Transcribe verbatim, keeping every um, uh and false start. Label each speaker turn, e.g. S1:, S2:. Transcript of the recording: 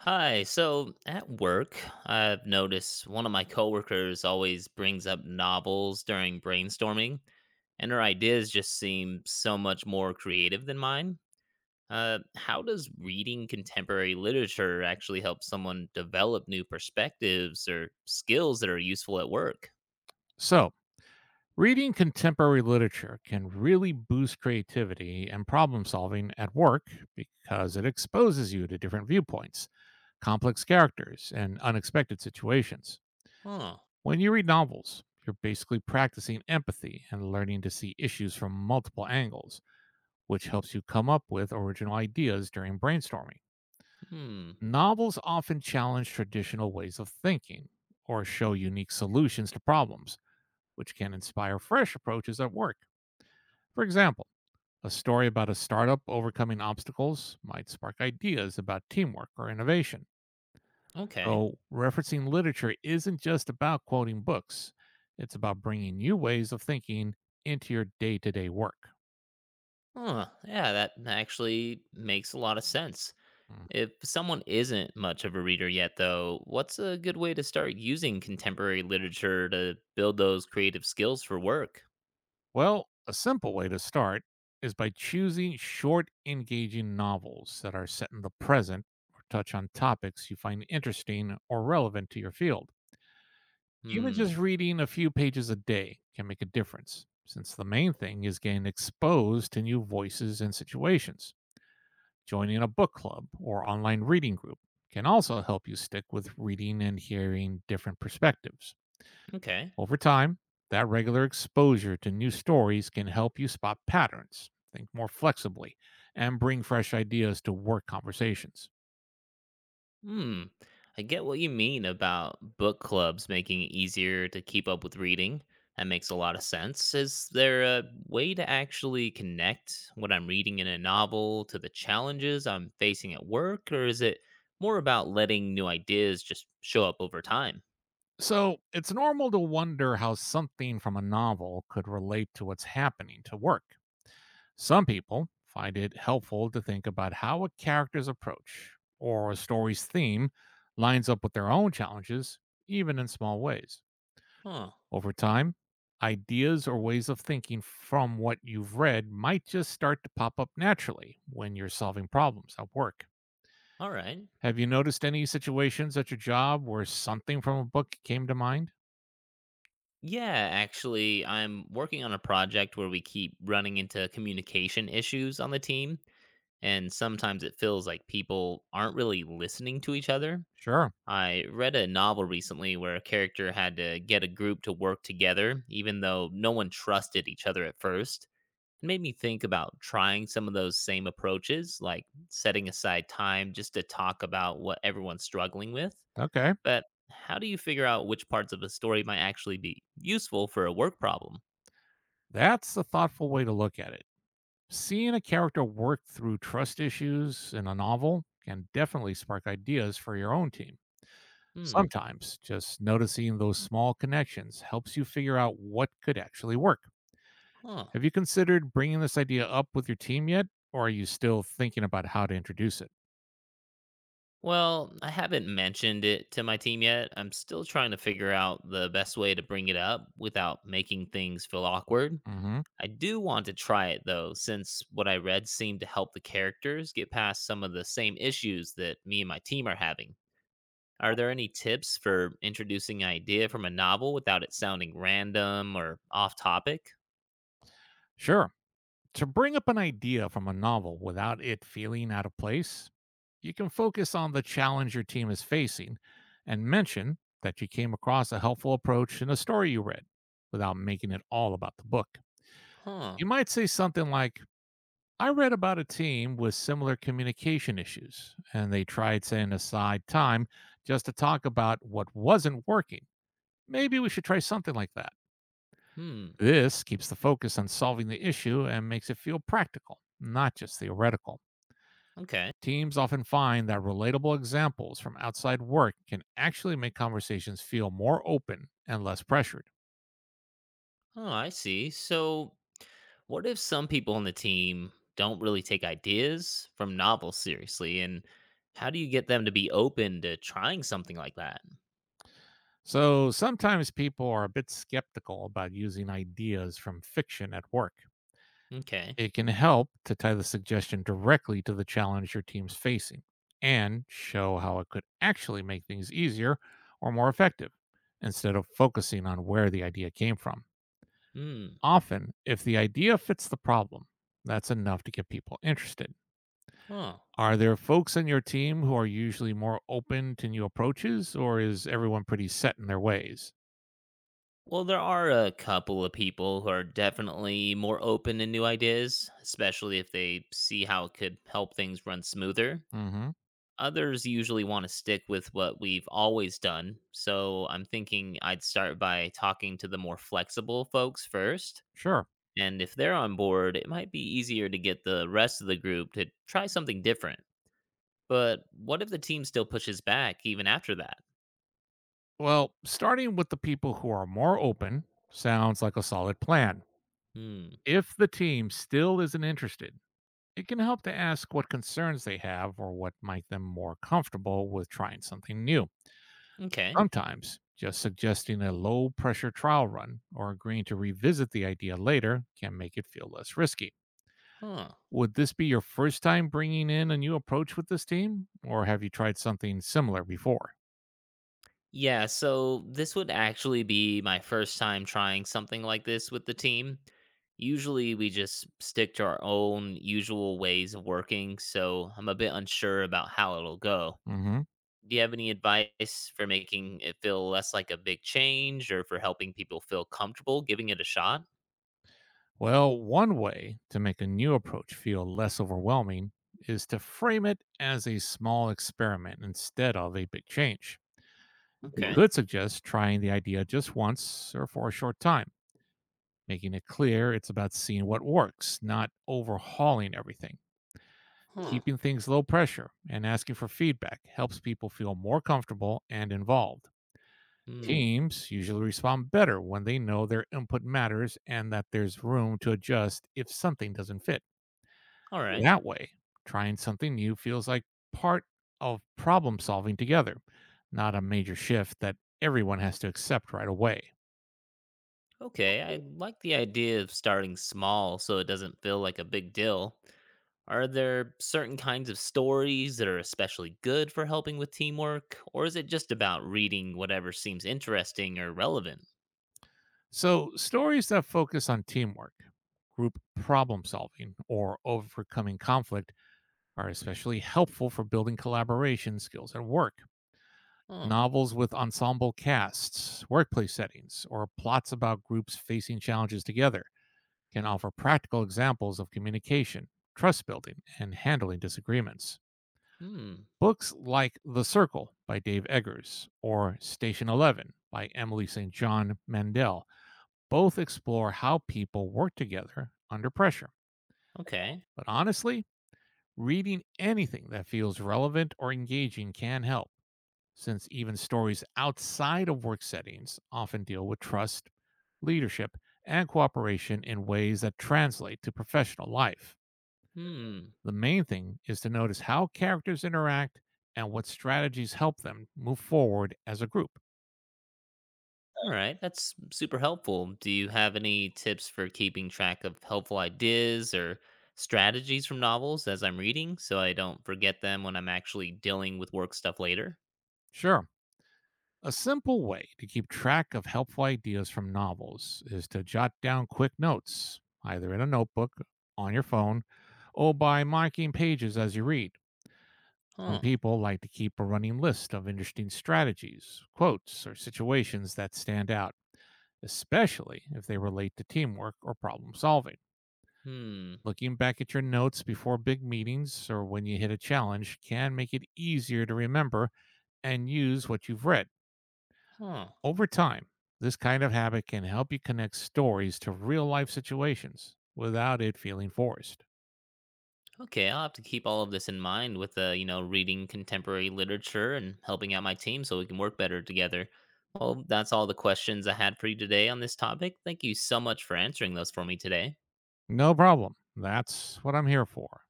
S1: Hi. So at work, I've noticed one of my coworkers always brings up novels during brainstorming, and her ideas just seem so much more creative than mine. Uh, how does reading contemporary literature actually help someone develop new perspectives or skills that are useful at work?
S2: So, reading contemporary literature can really boost creativity and problem solving at work because it exposes you to different viewpoints, complex characters, and unexpected situations.
S1: Huh.
S2: When you read novels, you're basically practicing empathy and learning to see issues from multiple angles, which helps you come up with original ideas during brainstorming.
S1: Hmm.
S2: Novels often challenge traditional ways of thinking or show unique solutions to problems, which can inspire fresh approaches at work. For example, a story about a startup overcoming obstacles might spark ideas about teamwork or innovation.
S1: Okay.
S2: So, referencing literature isn't just about quoting books, it's about bringing new ways of thinking into your day to day work.
S1: Huh. Yeah, that actually makes a lot of sense.
S2: Mm.
S1: If someone isn't much of a reader yet, though, what's a good way to start using contemporary literature to build those creative skills for work?
S2: Well, a simple way to start is by choosing short, engaging novels that are set in the present or touch on topics you find interesting or relevant to your field. Even
S1: Hmm.
S2: just reading a few pages a day can make a difference, since the main thing is getting exposed to new voices and situations. Joining a book club or online reading group can also help you stick with reading and hearing different perspectives.
S1: Okay.
S2: Over time, that regular exposure to new stories can help you spot patterns, think more flexibly, and bring fresh ideas to work conversations.
S1: Hmm. I get what you mean about book clubs making it easier to keep up with reading. That makes a lot of sense. Is there a way to actually connect what I'm reading in a novel to the challenges I'm facing at work, or is it more about letting new ideas just show up over time?
S2: So, it's normal to wonder how something from a novel could relate to what's happening to work. Some people find it helpful to think about how a character's approach or a story's theme lines up with their own challenges, even in small ways.
S1: Huh.
S2: Over time, ideas or ways of thinking from what you've read might just start to pop up naturally when you're solving problems at work.
S1: All right.
S2: Have you noticed any situations at your job where something from a book came to mind?
S1: Yeah, actually, I'm working on a project where we keep running into communication issues on the team, and sometimes it feels like people aren't really listening to each other.
S2: Sure.
S1: I read a novel recently where a character had to get a group to work together, even though no one trusted each other at first. It made me think about trying some of those same approaches, like setting aside time just to talk about what everyone's struggling with.
S2: Okay.
S1: But how do you figure out which parts of a story might actually be useful for a work problem?
S2: That's a thoughtful way to look at it. Seeing a character work through trust issues in a novel can definitely spark ideas for your own team.
S1: Hmm.
S2: Sometimes just noticing those small connections helps you figure out what could actually work.
S1: Huh.
S2: Have you considered bringing this idea up with your team yet, or are you still thinking about how to introduce it?
S1: Well, I haven't mentioned it to my team yet. I'm still trying to figure out the best way to bring it up without making things feel awkward.
S2: Hmm.
S1: I do want to try it though, since what I read seemed to help the characters get past some of the same issues that me and my team are having. Are there any tips for introducing an idea from a novel without it sounding random or off topic?
S2: Sure. To bring up an idea from a novel without it feeling out of place, you can focus on the challenge your team is facing and mention that you came across a helpful approach in a story you read without making it all about the book.
S1: Huh.
S2: You might say something like, I read about a team with similar communication issues, and they tried setting aside time just to talk about what wasn't working. Maybe we should try something like that.
S1: Hmm.
S2: This keeps the focus on solving the issue and makes it feel practical, not just theoretical.
S1: Okay.
S2: Teams often find that relatable examples from outside work can actually make conversations feel more open and less pressured.
S1: Oh, I see. So, what if some people on the team don't really take ideas from novels seriously? And how do you get them to be open to trying something like that?
S2: So sometimes people are a bit skeptical about using ideas from fiction at work.
S1: Okay.
S2: It can help to tie the suggestion directly to the challenge your team's facing and show how it could actually make things easier or more effective instead of focusing on where the idea came from.
S1: Hmm.
S2: Often, if the idea fits the problem, that's enough to get people interested.
S1: Huh.
S2: Are there folks on your team who are usually more open to new approaches, or is everyone pretty set in their ways?
S1: Well, there are a couple of people who are definitely more open to new ideas, especially if they see how it could help things run smoother.
S2: Hmm.
S1: Others usually want to stick with what we've always done. So I'm thinking I'd start by talking to the more flexible folks first.
S2: Sure.
S1: And if they're on board, it might be easier to get the rest of the group to try something different. But what if the team still pushes back even after that?
S2: Well, starting with the people who are more open sounds like a solid plan.
S1: Hmm.
S2: If the team still isn't interested, it can help to ask what concerns they have or what might them more comfortable with trying something new.
S1: Okay.
S2: Sometimes just suggesting a low pressure trial run or agreeing to revisit the idea later can make it feel less risky.
S1: Huh.
S2: Would this be your first time bringing in a new approach with this team, or have you tried something similar before?
S1: Yeah, so this would actually be my first time trying something like this with the team. Usually we just stick to our own usual ways of working, so I'm a bit unsure about how it'll go.
S2: Hmm.
S1: Do you have any advice for making it feel less like a big change or for helping people feel comfortable giving it a shot?
S2: Well, one way to make a new approach feel less overwhelming is to frame it as a small experiment instead of a big change. Mm-hmm. You Okay.
S1: Okay.
S2: could suggest trying the idea just once or for a short time, making it clear it's about seeing what works, not overhauling everything. Hmm.
S1: Huh.
S2: Keeping things low pressure and asking for feedback helps people feel more comfortable and involved.
S1: Hmm.
S2: Teams usually respond better when they know their input matters and that there's room to adjust if something doesn't fit.
S1: All right.
S2: That way, trying something new feels like part of problem solving together, not a major shift that everyone has to accept right away.
S1: Okay. I like the idea of starting small so it doesn't feel like a big deal. Are there certain kinds of stories that are especially good for helping with teamwork, or is it just about reading whatever seems interesting or relevant?
S2: So, stories that focus on teamwork, group problem solving, or overcoming conflict are especially helpful for building collaboration skills at work.
S1: Oh,
S2: Novels with ensemble casts, workplace settings, or plots about groups facing challenges together can offer practical examples of communication, trust building, and handling disagreements.
S1: hmm.
S2: Books like The Circle by Dave Eggers or Station eleven by Emily Saint John Mandel both explore how people work together under pressure.
S1: Okay.
S2: But honestly, reading anything that feels relevant or engaging can help, since even stories outside of work settings often deal with trust, leadership, and cooperation in ways that translate to professional life.
S1: Hmm.
S2: The main thing is to notice how characters interact and what strategies help them move forward as a group.
S1: All right, that's super helpful. Do you have any tips for keeping track of helpful ideas or strategies from novels as I'm reading so I don't forget them when I'm actually dealing with work stuff later?
S2: Sure, a simple way to keep track of helpful ideas from novels is to jot down quick notes, either in a notebook, on your phone, or by marking pages as you read. Some
S1: Huh.
S2: people like to keep a running list of interesting strategies, quotes, or situations that stand out, especially if they relate to teamwork or problem solving.
S1: Hmm.
S2: Looking back at your notes before big meetings or when you hit a challenge can make it easier to remember and use what you've read.
S1: Huh.
S2: Over time, this kind of habit can help you connect stories to real life situations without it feeling forced.
S1: Okay, I'll have to keep all of this in mind with uh, you know, reading contemporary literature and helping out my team so we can work better together. Well, that's all the questions I had for you today on this topic. Thank you so much for answering those for me today.
S2: No problem. That's what I'm here for.